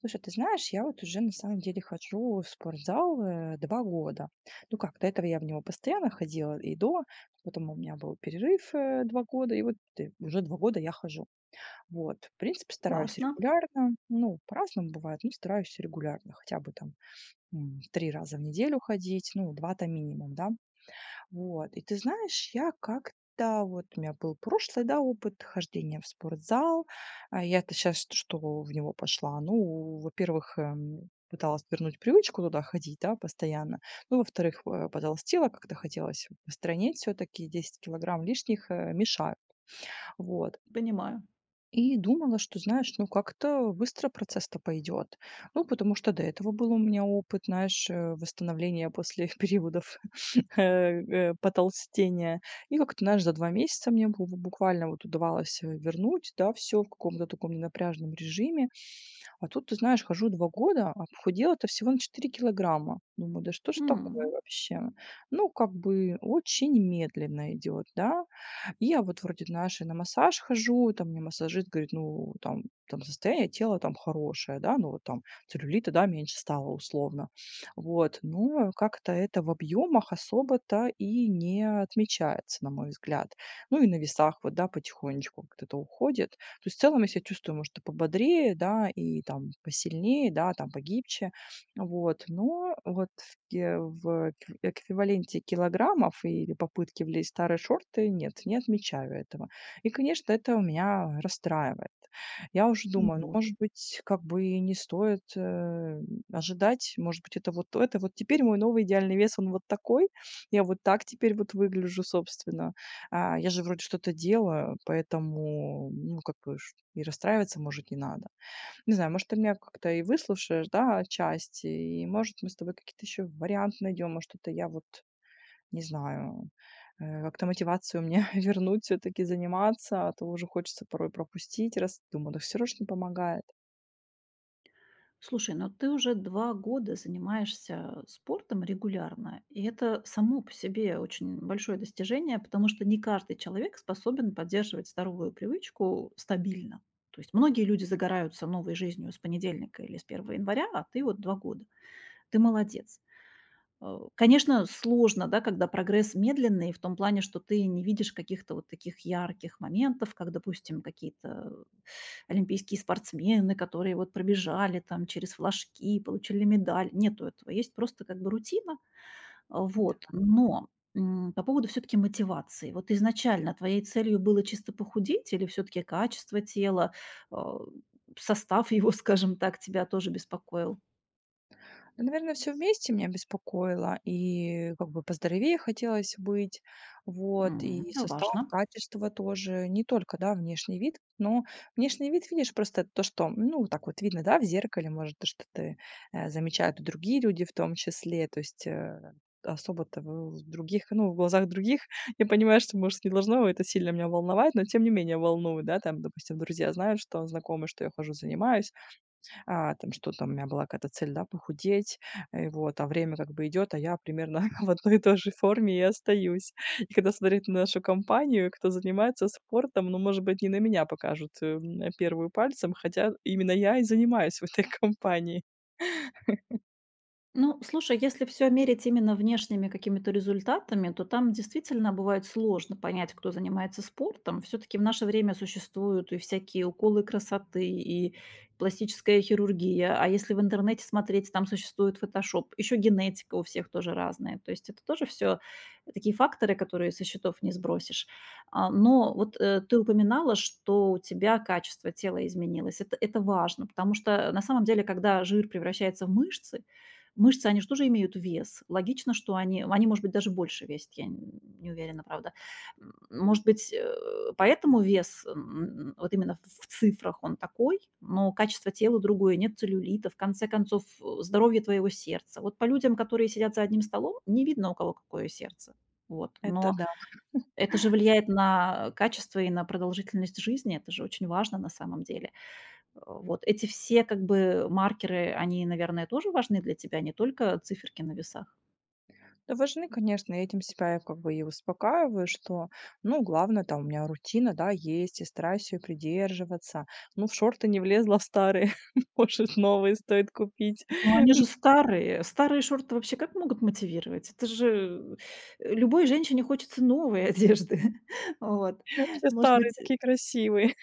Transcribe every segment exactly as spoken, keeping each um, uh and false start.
Слушай, ты знаешь, я вот уже на самом деле хожу в спортзал э, 2 года. Ну как, до этого я в него постоянно ходила и до, потом у меня был перерыв э, 2 года, и вот э, уже два года я хожу. Вот, в принципе, стараюсь Классно, регулярно, ну, по-разному бывает, но стараюсь регулярно, хотя бы там м, три раза в неделю ходить, ну, два-то минимум, да. Вот. И ты знаешь, я как-то вот у меня был прошлый, да, опыт хождения в спортзал. А я-то сейчас что в него пошла? Ну, во-первых, эм, пыталась вернуть привычку туда ходить, да, постоянно. Ну, во-вторых, э, потолстела, как-то хотелось постранить все-таки 10 килограмм лишних, э, мешают. Вот. понимаю. И думала, что, знаешь, ну как-то быстро процесс-то пойдет. Ну, потому что до этого был у меня опыт, знаешь, э, восстановления после периодов э, э, потолстения. И как-то, знаешь, за два месяца мне бу- буквально вот удавалось э, вернуть, да, все в каком-то таком ненапряженном режиме. А тут, ты знаешь, хожу два года, а похудела-то всего на четыре килограмма. Думаю, да что ж такое М. вообще? Ну, как бы очень медленно идет, да. И я вот вроде нашей на массаж хожу, там мне массажист говорит, ну, там, там состояние тела там хорошее, да, ну вот там целлюлита, да, меньше стало условно. Вот, но как-то это в объемах особо-то и не отмечается, на мой взгляд. Ну и на весах вот, да, потихонечку как-то это уходит. То есть в целом я себя чувствую, может, и пободрее, да, и там посильнее, да, там погибче. Вот, но вот Э, в экв эквиваленте килограммов или попытки влезть в старые шорты нет, не отмечаю этого. И, конечно, это у меня расстраивает. Я уже Ну думаю, ну, вот. может быть, как бы и не стоит, э, ожидать, может быть, это вот то, это вот теперь мой новый идеальный вес, он вот такой, я вот так теперь вот выгляжу, собственно. А, я же вроде что-то делаю, поэтому, ну, как бы ш и расстраиваться, может, не надо. Не знаю, может, ты меня как-то и выслушаешь, да, отчасти, и, может, мы с тобой какие-то еще варианты найдем, может, что-то я вот, не знаю, э, как-то мотивацию мне вернуть все-таки заниматься, а то уже хочется порой пропустить, раз думаю, да все равно ж не помогает. Слушай, но ты уже два года занимаешься спортом регулярно, и это само по себе очень большое достижение, потому что не каждый человек способен поддерживать здоровую привычку стабильно. То есть многие люди загораются новой жизнью с понедельника или с первого января, а ты вот два года. Ты молодец. Э, конечно, сложно, да, когда прогресс медленный, в том плане, что ты не видишь каких-то вот таких ярких моментов, как, допустим, какие-то олимпийские спортсмены, которые вот пробежали там через флажки, получили медаль. Нету этого. Есть просто как бы рутина. А, вот. Но, м, по поводу все таки мотивации. Вот изначально твоей целью было чисто похудеть или все таки качество тела, а, состав его, скажем так, тебя тоже беспокоил? Ну, наверное, все вместе меня беспокоило. И как бы поздоровее хотелось быть, вот, М, и это состав, важно. качество тоже. Не только, да, внешний вид, но внешний вид, видишь, просто то, что, ну, вот так вот видно, да, в зеркале, может, то, что ты, э, замечают и другие люди в том числе. То есть, э, особо-то в других, ну, в глазах других я понимаю, что, может, не должно это сильно меня волновать, но тем не менее волнует, да. Там, допустим, друзья знают, что знакомые, что я хожу, занимаюсь. А, там что там, у меня была какая-то цель, да, похудеть, э, вот, а время как бы идет, а я примерно в одной и той же форме и остаюсь. И когда смотреть на нашу компанию, кто занимается спортом, ну, может быть, не на меня покажут э, м, первую пальцем, хотя именно я и занимаюсь в этой компании. Ну, слушай, если все мерить именно внешними какими-то результатами, то там действительно бывает сложно понять, кто занимается спортом. все таки в наше время существуют и всякие уколы красоты, и пластическая хирургия. А если в интернете смотреть, там существует фотошоп. Еще генетика у всех тоже разная. То есть это тоже все такие факторы, которые со счетов не сбросишь. А, но вот, э, ты упоминала, что у тебя качество тела изменилось. Это это важно, потому что на самом деле, когда жир превращается в мышцы, Мышцы, они же тоже имеют вес. Логично, что они они, может быть, даже больше весят, я н не уверена, правда. М, может быть, э, поэтому вес, м, вот именно в в цифрах он такой, но качество тела другое, нет целлюлита, в конце концов, э, здоровье твоего сердца. Вот по людям, которые сидят за одним столом, не видно, у кого какое сердце. Вот. Это Но да. это же влияет на качество и на продолжительность жизни. Это же очень важно на самом деле. Э, вот эти все как бы маркеры, они, наверное, тоже важны для тебя, не только циферки на весах? Да важны, конечно, и этим себя я как бы и успокаиваю, что, ну, главное, там у меня рутина, да, есть, и стараюсь ее придерживаться. Ну, в шорты не влезла в старые, может, новые стоит купить. Ну, они же старые. Старые шорты вообще как могут мотивировать? Это же, э, любой женщине хочется новой одежды. Вот. Все Может старые, быть такие красивые.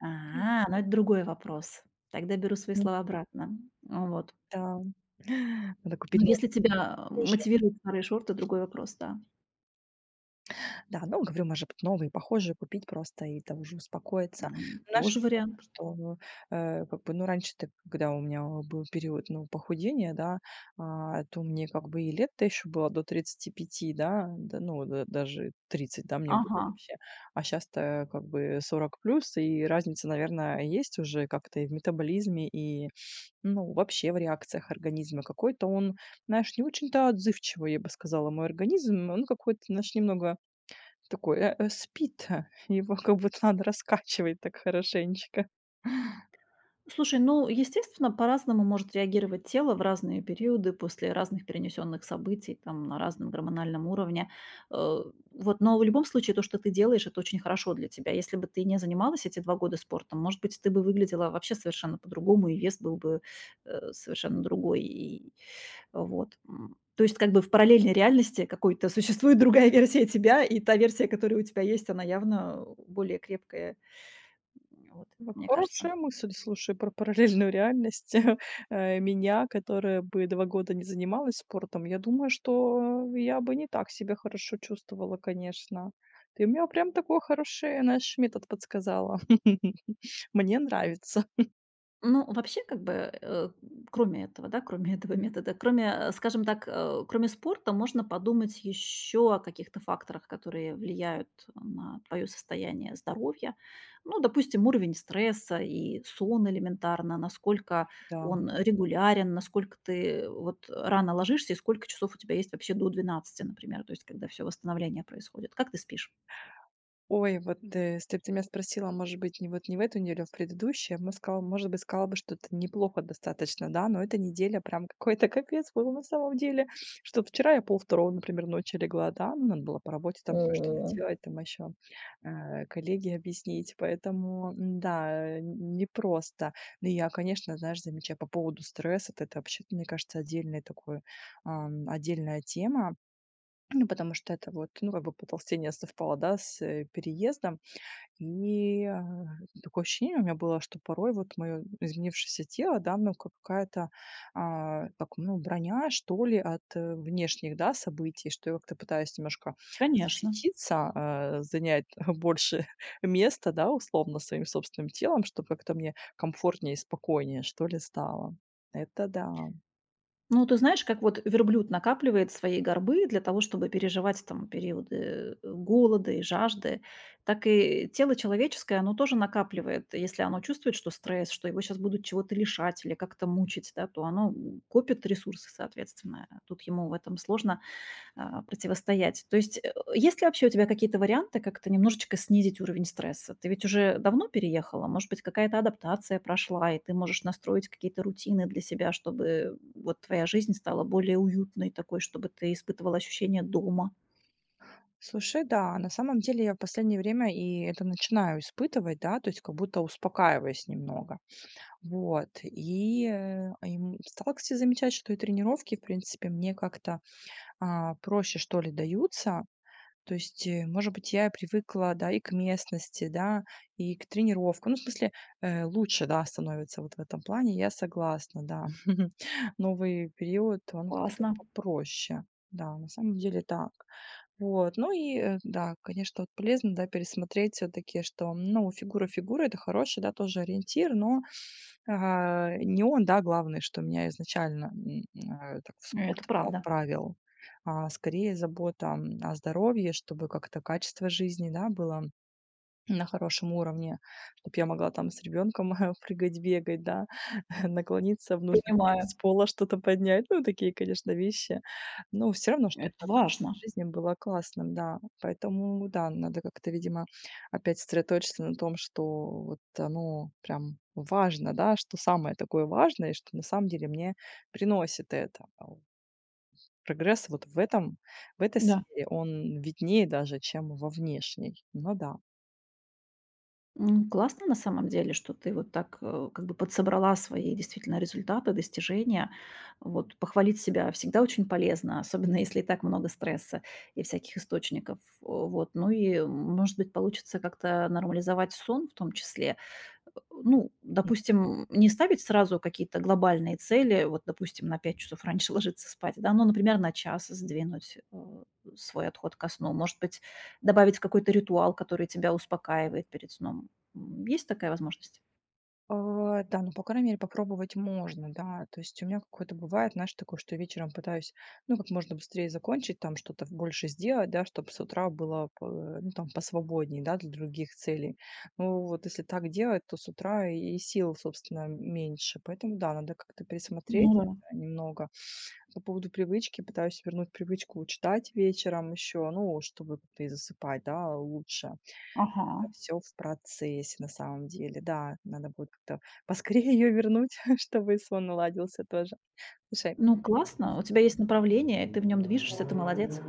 А, ну это другой вопрос. Тогда беру свои М, слова обратно. Ну Вот. да, надо купить Но новые если тебя э, похожие. мотивируют старые шорты, другой вопрос, да. Да, ну, говорю, может быть, новые похожие купить просто и там уже успокоиться. М, Наша тоже вариант. что, э, как бы, ну, раньше-то, когда у меня был период, ну, похудения, да, а, то мне как бы и лет-то еще было до тридцати пяти, да, да, ну, да, даже тридцать, да, мне было Ага. вообще. А сейчас-то как бы сорок плюс, и разница, наверное, есть уже как-то и в метаболизме, и Ну, вообще в реакциях организма. Какой-то он, знаешь, не очень-то отзывчивый, я бы сказала, мой организм. Он какой-то, знаешь, немного такой э, э, спит. Его как будто надо раскачивать так хорошенечко. Слушай, ну, естественно, по-разному может реагировать тело в разные периоды после разных перенесенных событий, там, на разном гормональном уровне. Э, Вот, но в любом случае то, что ты делаешь, это очень хорошо для тебя. Если бы ты не занималась эти два года спортом, может быть, ты бы выглядела вообще совершенно по-другому, и вес был бы э, совершенно другой. И, вот. м. То есть как бы в параллельной реальности какой-то существует другая версия тебя, и та версия, которая у тебя есть, она явно более крепкая, вот, Ну, мне кажется. Хорошая мысль, слушай, про параллельную реальность э, меня, которая бы два года не занималась спортом. Я думаю, что я бы не так себя хорошо чувствовала, конечно. Ты мне прям такой хороший, наш метод подсказала. Мне нравится. Ну, вообще, как бы, э, кроме этого, да, кроме этого метода, кроме, э, скажем так, э, кроме спорта, можно подумать еще о каких-то факторах, которые влияют на твое состояние здоровья. Ну, допустим, уровень стресса и сон элементарно, насколько Да. он регулярен, насколько ты вот рано ложишься и сколько часов у тебя есть вообще до двенадцати, например, то есть когда все восстановление происходит. Как ты спишь? Ой, вот, М. э, если б ты меня спросила, может быть, не вот не в эту неделю, а в предыдущую, я бы сказала, может быть, сказала бы, что это неплохо достаточно, да, но эта неделя прям какой-то капец был на самом деле, что вчера я полпервого, например, ночи легла, да, ну, надо было по работе там кое-что О, делать, там еще, коллеги объяснить, поэтому, м-да, э, н непросто. Ну, я, конечно, знаешь, замечаю по поводу стресса, т это вообще, мне кажется, отдельный такой, ам, отдельная тема, ну, потому что это вот, ну, как бы потолстение совпало, да, с, э, переездом. И, а, такое ощущение у меня было, что порой вот мое изменившееся тело, да, ну как какая-то, а, как, ну, броня, что ли, от, э, внешних, да, событий, что я как-то пытаюсь немножко Конечно. защититься, а, занять больше места, да, условно, своим собственным телом, чтобы как-то мне комфортнее и спокойнее, что ли, стало. Это да. Ну, ты знаешь, как вот верблюд накапливает свои горбы для того, чтобы переживать там периоды э, голода и жажды, так и тело человеческое, оно тоже накапливает. Если оно чувствует, что стресс, что его сейчас будут чего-то лишать или как-то мучить, да, то оно м, копит ресурсы, соответственно. Тут ему в этом сложно а, противостоять. То есть, э, есть ли вообще у тебя какие-то варианты как-то немножечко снизить уровень стресса? Ты ведь уже давно переехала, может быть, какая-то адаптация прошла, и ты можешь настроить какие-то рутины для себя, чтобы вот твоя жизнь стала более уютной такой, чтобы ты испытывала ощущение дома. Слушай, да, на самом деле я в последнее время и это начинаю испытывать, да, то есть как будто успокаиваюсь немного. Вот, и, э, а, им стала, кстати, замечать, что и тренировки, в принципе, мне как-то, а, проще, что ли, даются. То есть, э, может быть, я и привыкла, да, и к местности, да, и к тренировкам. Ну, в смысле, э, лучше, да, становится вот в этом плане, я согласна, да. Новый период, он как-то Классно, попроще. Да, на самом деле так. Вот. Ну и, э, да, конечно, вот полезно, да, пересмотреть все таки что, ну, фигура фигура это хороший, да, тоже ориентир, но а, не он, да, главный, что меня изначально, м, э, так в спорт, это да, правда. отправил, а скорее забота, м, о здоровье, чтобы как-то качество жизни, да, было на хорошем уровне, чтоб я могла там с ребенком прыгать, бегать, да, наклониться в нужный момент, Понимаю, с пола что-то поднять. Ну, такие, конечно, вещи. Но все равно, чтобы это да, качество важно. жизни было классным, да. Поэтому, да, надо как-то, видимо, опять сосредоточиться на том, что вот оно прям важно, да, что самое такое важное, и что на самом деле мне приносит это. А у Прогресс вот в этом, в этой Да. сфере, он виднее даже, чем во внешней. Ну да. М, классно на самом деле, что ты вот так, э, как бы подсобрала свои действительно результаты, достижения. Вот похвалить себя всегда очень полезно, особенно если и так много стресса и всяких источников. О, Вот, ну и, м, может быть, получится как-то нормализовать сон в том числе. Э, ну, допустим, не ставить сразу какие-то глобальные цели, вот, допустим, на пять часов раньше ложиться спать, да, но, например, на час сдвинуть, э, свой отход ко сну. Может быть, добавить какой-то ритуал, который тебя успокаивает перед сном. М, есть такая возможность? А, да, ну, по крайней мере, попробовать можно, да. То есть у меня какое-то бывает, знаешь, такое, что вечером пытаюсь, ну, как можно быстрее закончить, там что-то больше сделать, да, чтобы с утра было, по- э, ну, там, посвободнее, да, для других целей. Ну, вот если так делать, то с утра и сил, собственно, меньше. Поэтому, да, надо как-то пересмотреть Ну да. это немного. По поводу привычки, пытаюсь вернуть привычку читать вечером еще, ну, чтобы как-то и засыпать, да, лучше. Ага. Все в процессе, на самом деле. Да, надо будет как-то поскорее ее вернуть, чтобы и сон наладился тоже. Слушай, Ну, классно, у тебя есть направление, ты в нем движешься, ты молодец.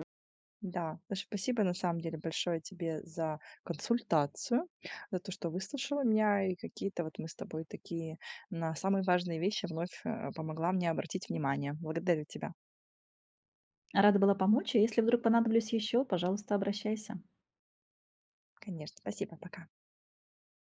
да, да, спасибо на самом деле большое тебе за консультацию, за то, что выслушала меня, и какие-то вот мы с тобой такие на самые важные вещи вновь, э, помогла мне обратить внимание. Благодарю тебя. Рада была помочь, и если вдруг понадоблюсь еще, пожалуйста, обращайся. Конечно. Спасибо. Пока.